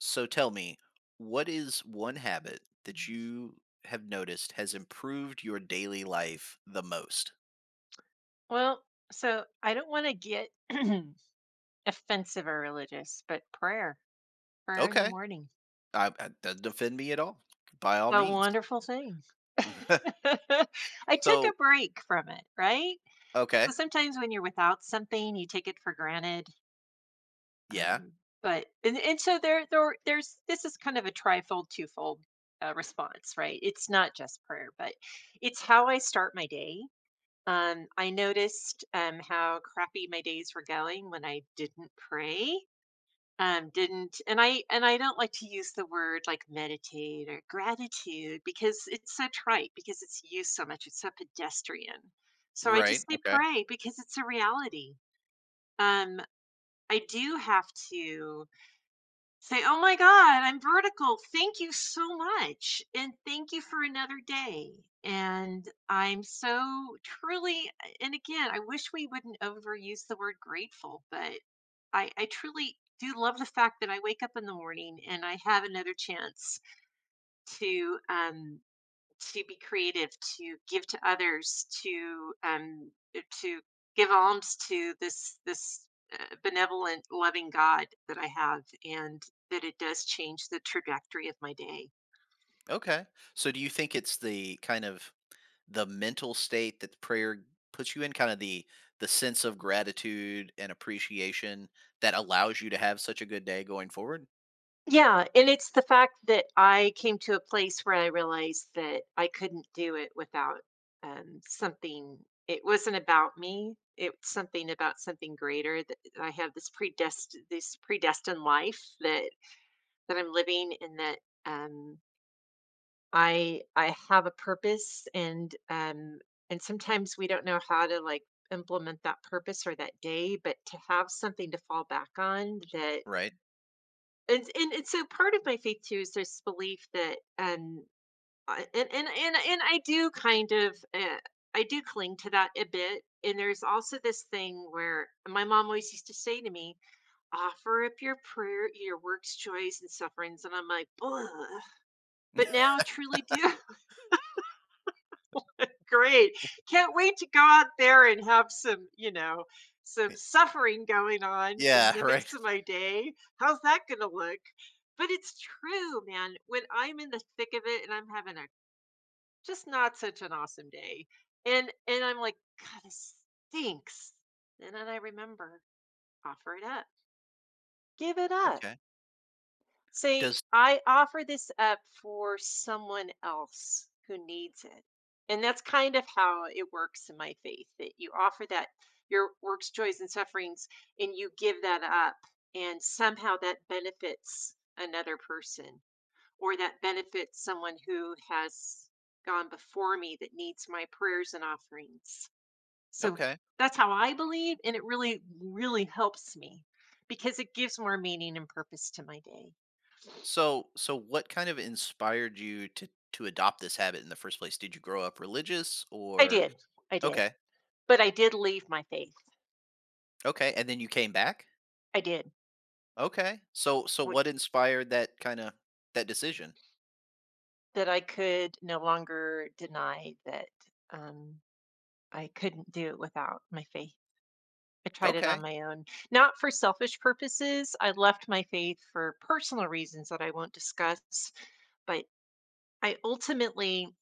So tell me, what is one habit that Mhm. you have noticed has improved your daily life the most? Well, I don't want to get offensive or religious, but prayer, prayer in the Okay, morning, doesn't offend me at all. By all a means. wonderful thing. I took a so break from it, right? So okay, sometimes when you're without something, you take it for granted. yeah, Um, but and so there's this is kind of a trifold, twofold response, right? It's not just prayer, but it's how I start my day. I noticed how crappy my days were going when I didn't pray. Didn't and I don't like to use the word like meditate or gratitude because it's so trite, because it's used so much, it's so pedestrian. So I right. just say Okay, pray because it's a reality. Um, I do have to say, oh my God, I'm vertical. Thank you so much. And thank you for another day. And I'm so truly, and again, I wish we wouldn't overuse the word grateful, but I truly do love the fact that I wake up in the morning and I have another chance to, um, to be creative, to give to others, to to give alms to this benevolent, loving God that I have, and that it does change the trajectory of my day. okay. So do you think it's the kind of the mental state that prayer puts you in, kind of the sense of gratitude and appreciation that allows you to have such a good day going forward? Yeah, and it's the fact that I came to a place where I realized that I couldn't do it without, something. It wasn't about me, it's something about something greater. That I have this predestined life that I'm living and that, um, I have a purpose and sometimes we don't know how to, like, implement that purpose or that day, but to have something to fall back on that Right. and so part of my faith too is this belief that, and I do kind of, I do cling to that a bit. And there's also this thing where my mom always used to say to me, "Offer up your prayer, your works, joys, and sufferings," and I'm like, "Ugh," but now truly do. Great. Can't wait to go out there and have some, you know, some Y- suffering going on in Yeah. the mix Right. of my day. How's that going to look? But it's true, man. When I'm in the thick of it and I'm having a just not such an awesome day, and I'm like, God, this stinks. And then I remember, offer it up, give it up. Okay. Say, Does I offer this up for someone else who needs it. And that's kind of how it works in my faith, that you offer that your works, joys, and sufferings, and you give that up. And somehow that benefits another person, or that benefits someone who has gone before me that needs my prayers and offerings. So okay. that's how I believe. And it really, really helps me because it gives more meaning and purpose to my day. So what kind of inspired you to adopt this habit in the first place? Did you grow up religious I or did, I did, okay, but I did leave my faith. okay, and then you came back? I did, Okay. So which what inspired that kind of that decision? that I could no longer deny that, um, I couldn't do it without my faith. I tried it on Okay. my own, not for selfish purposes. I left my faith for personal reasons that I won't discuss, but I ultimately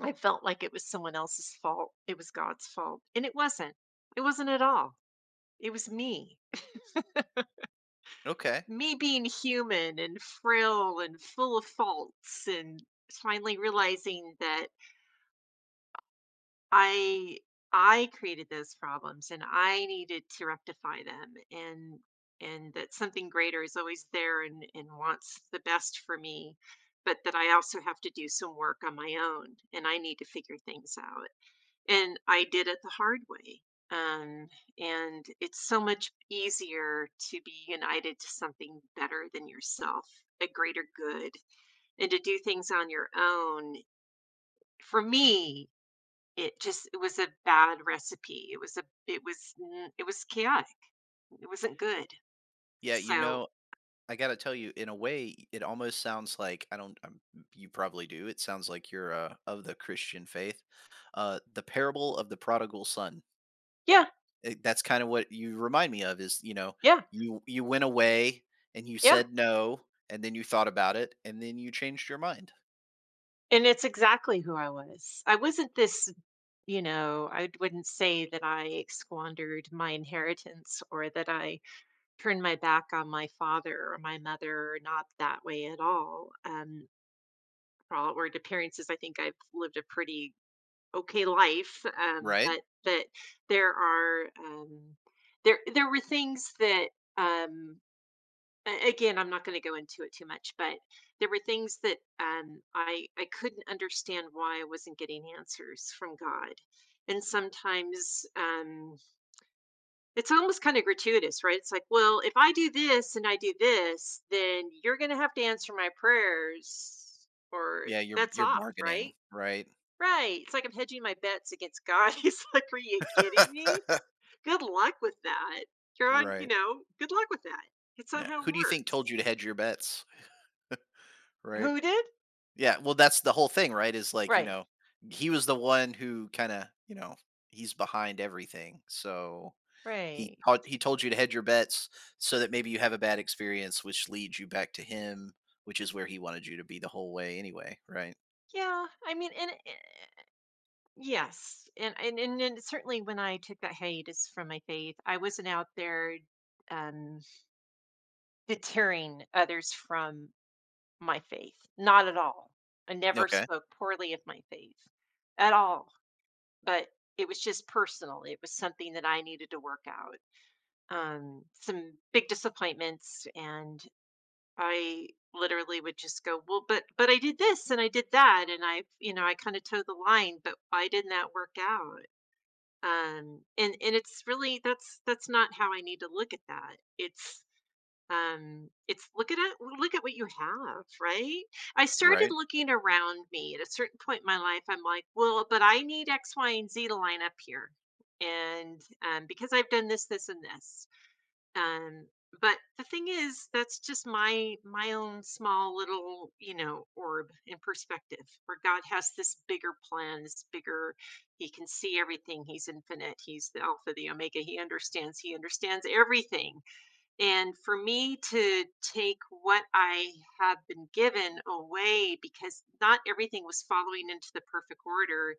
I felt like it was someone else's fault. It was God's fault, and it wasn't. It wasn't at all. It was me. Okay. Me being human and frail and full of faults and finally realizing that i I created those problems and I needed to rectify them, and that something greater is always there and wants the best for me, but that I also have to do some work on my own and I need to figure things out. And I did it the hard way. Um, and it's so much easier to be united to something better than yourself, a greater good, and to do things on your own. For me, it just it was a bad recipe. It was a it was chaotic. It wasn't good. Yeah, you So know, I got to tell you, in a way it almost sounds like I don't, you probably do. It sounds like you're of the Christian faith. Uh, the parable of the prodigal son. yeah, It, that's kind of what you remind me of, is you know, yeah, you went away and you yeah. said no, and then you thought about it and then you changed your mind. And it's exactly who I was. I wasn't this, you know, I wouldn't say that I squandered my inheritance or that I turn my back on my father or my mother, not that way at all. For all outward appearances, I think I've lived a pretty okay life. Right. But that there are there were things that um, again I'm not going to go into it too much, but there were things that I couldn't understand why I wasn't getting answers from God, and sometimes. It's almost kinda gratuitous, right? It's like, "Well, if I do this and I do this, then you're gonna have to answer my prayers or Yeah, you're that's you're off, bargaining, right?" right? Right. It's like I'm hedging my bets against God. He's like, "Are you kidding me? Good luck with that. You're on, you Right. know, good luck with that. It's not Yeah, how it who do you think told works." you to hedge your bets? Right. Who did? Yeah, well, that's the whole thing, right? Is like, you Right, know, he was the one who kind of, you know, he's behind everything. So he right. taught, he told you to hedge your bets so that maybe you have a bad experience, which leads you back to him, which is where he wanted you to be the whole way anyway, right? Yeah, I mean, and yes, and certainly when I took that hiatus from my faith, I wasn't out there, um deterring others from my faith. Not at all. I never Okay, spoke poorly of my faith at all, but it was just personal. It was something that I needed to work out. Some big disappointments, and I literally would just go, "Well, but I did this and I did that, and I, you know, I kind of toe the line, but why didn't that work out?" And It's really that's not how I need to look at that. It's look at what you have, right? I started right. looking around me at a certain point in my life, I'm like, "Well, but I need X, Y, and Z to line up here, and, because I've done this, this, and this." Um, but the thing is, that's just my own small little, you know, orb in perspective, where God has this bigger plan, this bigger. He can see everything. He's infinite. He's the Alpha, the Omega. He understands everything. And for me to take what I have been given away because not everything was following into the perfect order.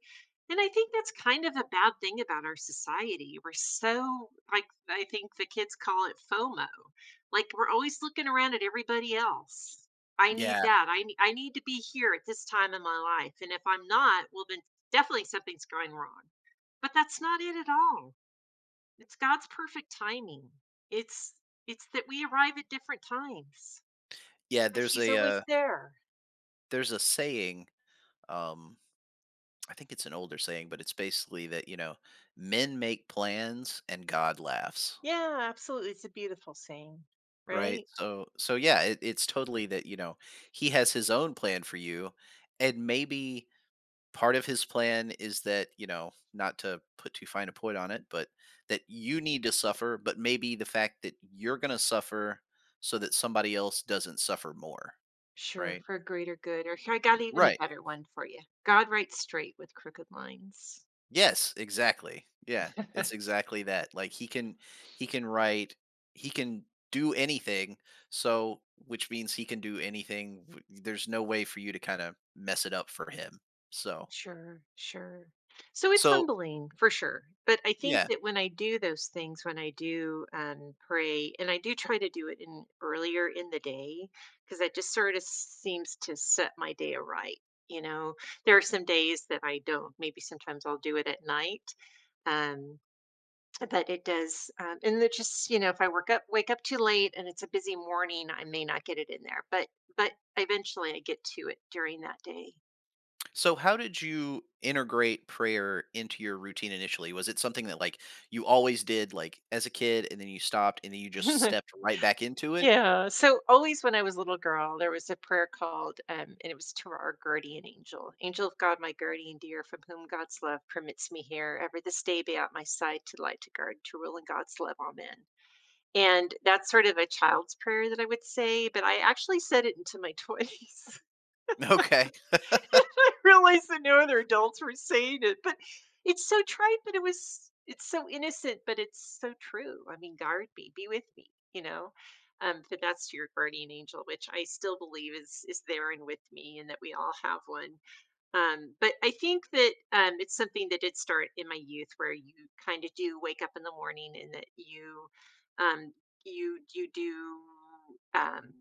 And I think that's kind of a bad thing about our society. We're so, like, I think the kids call it FOMO. Like, we're always looking around at everybody else. I need Yeah, that. I need to be here at this time in my life. And if I'm not, well, then definitely something's going wrong. But that's not it at all. It's God's perfect timing. It's it's that we arrive at different times, yeah. but he's always there. There's a saying. Um, I think it's an older saying, but it's basically that, you know, men make plans and God laughs, Yeah, absolutely. It's a beautiful saying, right? right? So yeah, it's totally that, you know, he has his own plan for you, and maybe part of his plan is that, you know, not to put too fine a point on it, but that you need to suffer, but maybe the fact that you're going to suffer so that somebody else doesn't suffer more. Sure, Right. for a greater good. Or here, I got even a Right. better one for you. God writes straight with crooked lines. Yes, exactly. Yeah, it's exactly that. Like he can, he can write, he can do anything. So which means he can do anything, there's no way for you to kind of mess it up for him. So Sure, sure. So it's so humbling for sure. But I think yeah. that when I do those things, when I do pray, and I do try to do it in earlier in the day, because that just sort of seems to set my day aright. You know, there are some days that I don't. Maybe sometimes I'll do it at night. Um, but it does, and it just, you know, if I wake up too late, and it's a busy morning, I may not get it in there. But eventually, I get to it during that day. So how did you integrate prayer into your routine initially? Was it something that, like, you always did, like as a kid, and then you stopped, and then you just stepped right back into it? Yeah. So always when I was a little girl, there was a prayer called, and it was to our guardian angel. Angel of God, my guardian dear, from whom God's love permits me here, ever this day be at my side, to light, to guard, to rule in God's love. Amen. And that's sort of a child's prayer that I would say, but I actually said it into my 20s. Okay, I realized that no other adults were saying it, but it's so trite, but it was it's so innocent, but it's so true. I mean, guard me, be with me, you know. But that's your guardian angel, which I still believe is there and with me, and that we all have one. But I think that it's something that did start in my youth, where you kind of do wake up in the morning, and that you um, do um,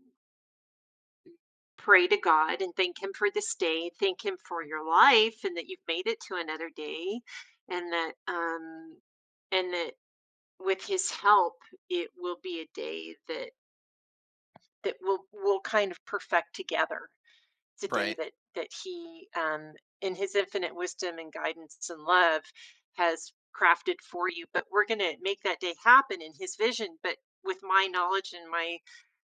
pray to God and thank Him for this day, thank Him for your life and that you've made it to another day, and that, um and that with His help, it will be a day that we'll kind of perfect together. It's a day right, that He, in His infinite wisdom and guidance and love, has crafted for you, but we're gonna make that day happen in His vision, but with my knowledge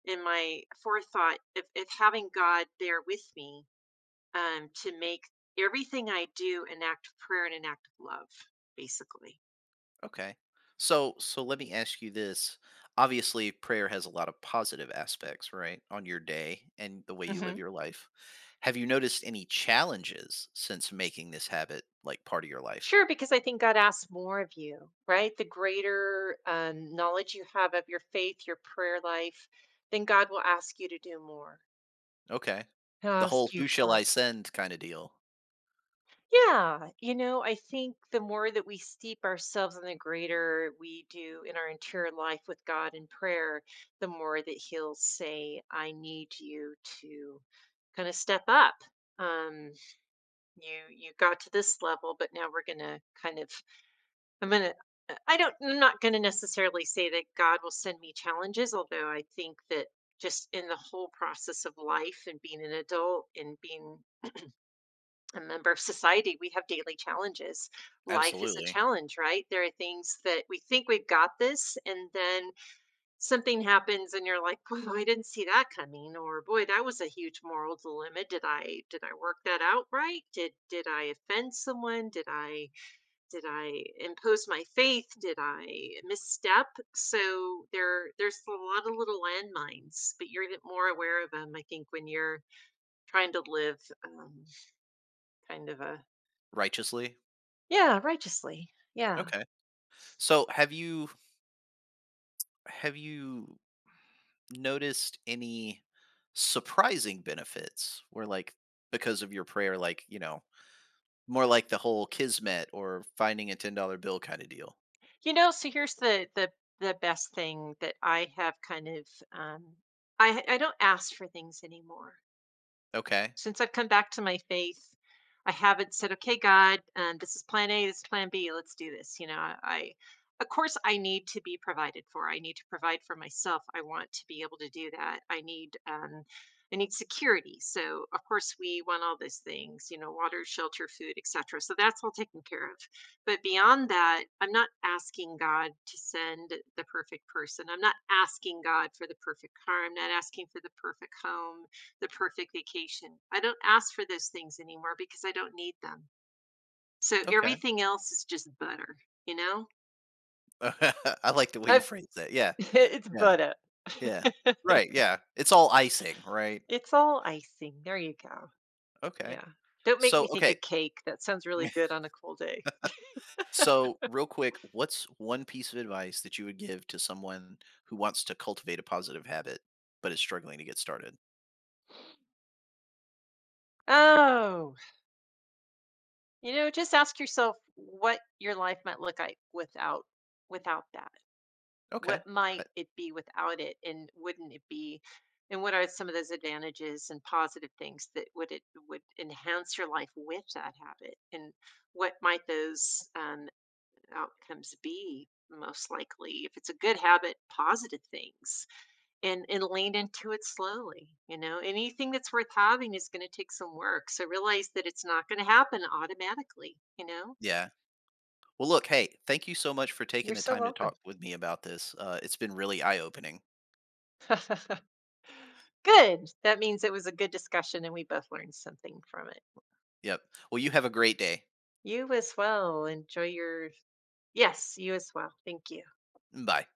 and my forethought of having God there with me to make everything I do an act of prayer and an act of love, basically. okay. So let me ask you this. Obviously, prayer has a lot of positive aspects, right, on your day and the way you Hmm. live your life. Have you noticed any challenges since making this habit like part of your life? Sure, because I think God asks more of you, right? The greater knowledge you have of your faith, your prayer life, then God will ask you to do more. Okay. He'll The whole ask you "who shall for, I send" kind of deal. yeah, you know, I think the more that we steep ourselves in the greater we do in our interior life with God in prayer, the more that He'll say, I need you to kind of step up. Um, you got to this level but now we're gonna i'm gonna I'm not gonna necessarily say that god will send me challenges, although I think that just in the whole process of life and being an adult and being a member of society, we have daily challenges. Life is a Absolutely. challenge, right? There are things that we think we've got this and then something happens and you're like, "Wow, I didn't see that coming," or "Boy, that was a huge moral dilemma. Did I work that out right? Did I offend someone? Did I impose my faith? Did I misstep?" So there's a lot of little landmines, but you're even more aware of them, I think, when you're trying to live kind of a Righteously. yeah righteously. Yeah. Okay. So have you, have you noticed any surprising benefits where, like, because of your prayer, like, you know, more like the whole kismet or finding a $10 bill kind of deal. You know, so here's the best thing that I have kind of I don't ask for things anymore. Okay. Since I've come back to my faith, I haven't said, "Okay, God, this is plan A, this is plan B, let's do this." You know, I of course I need to be provided for. I need to provide for myself. I want to be able to do that. I need security. So of course we want all those things, you know, water, shelter, food, etc. So that's all taken care of. But beyond that, I'm not asking God to send the perfect person. I'm not asking God for the perfect car. I'm not asking for the perfect home, the perfect vacation. I don't ask for those things anymore because I don't need them. So Okay. everything else is just butter, you know? I like the way you I've phrase that. Yeah. it's Yeah. butter. Yeah. Right. Yeah. It's all icing, right? It's all icing. There you go. Okay. Yeah. Don't make So me think okay. of cake. That sounds really good on a cold day. So real quick, what's one piece of advice that you would give to someone who wants to cultivate a positive habit but is struggling to get started? Oh, you know, just ask yourself what your life might look like without without that. Okay. What might it be without it and wouldn't it be and what are some of those advantages and positive things that would it would enhance your life with that habit, and what might those outcomes be? Most likely if it's a good habit, positive things. And lean into it slowly, you know, anything that's worth having is going to take some work, so realize that it's not going to happen automatically, you know. Yeah. Well, look, hey, thank you so much for taking You're the so time to welcome. talk with me about this. It's been really eye opening. Good. That means it was a good discussion and we both learned something from it. Yep. Well, you have a great day. You as well. Enjoy your. Yes, you as well. Thank you. Bye.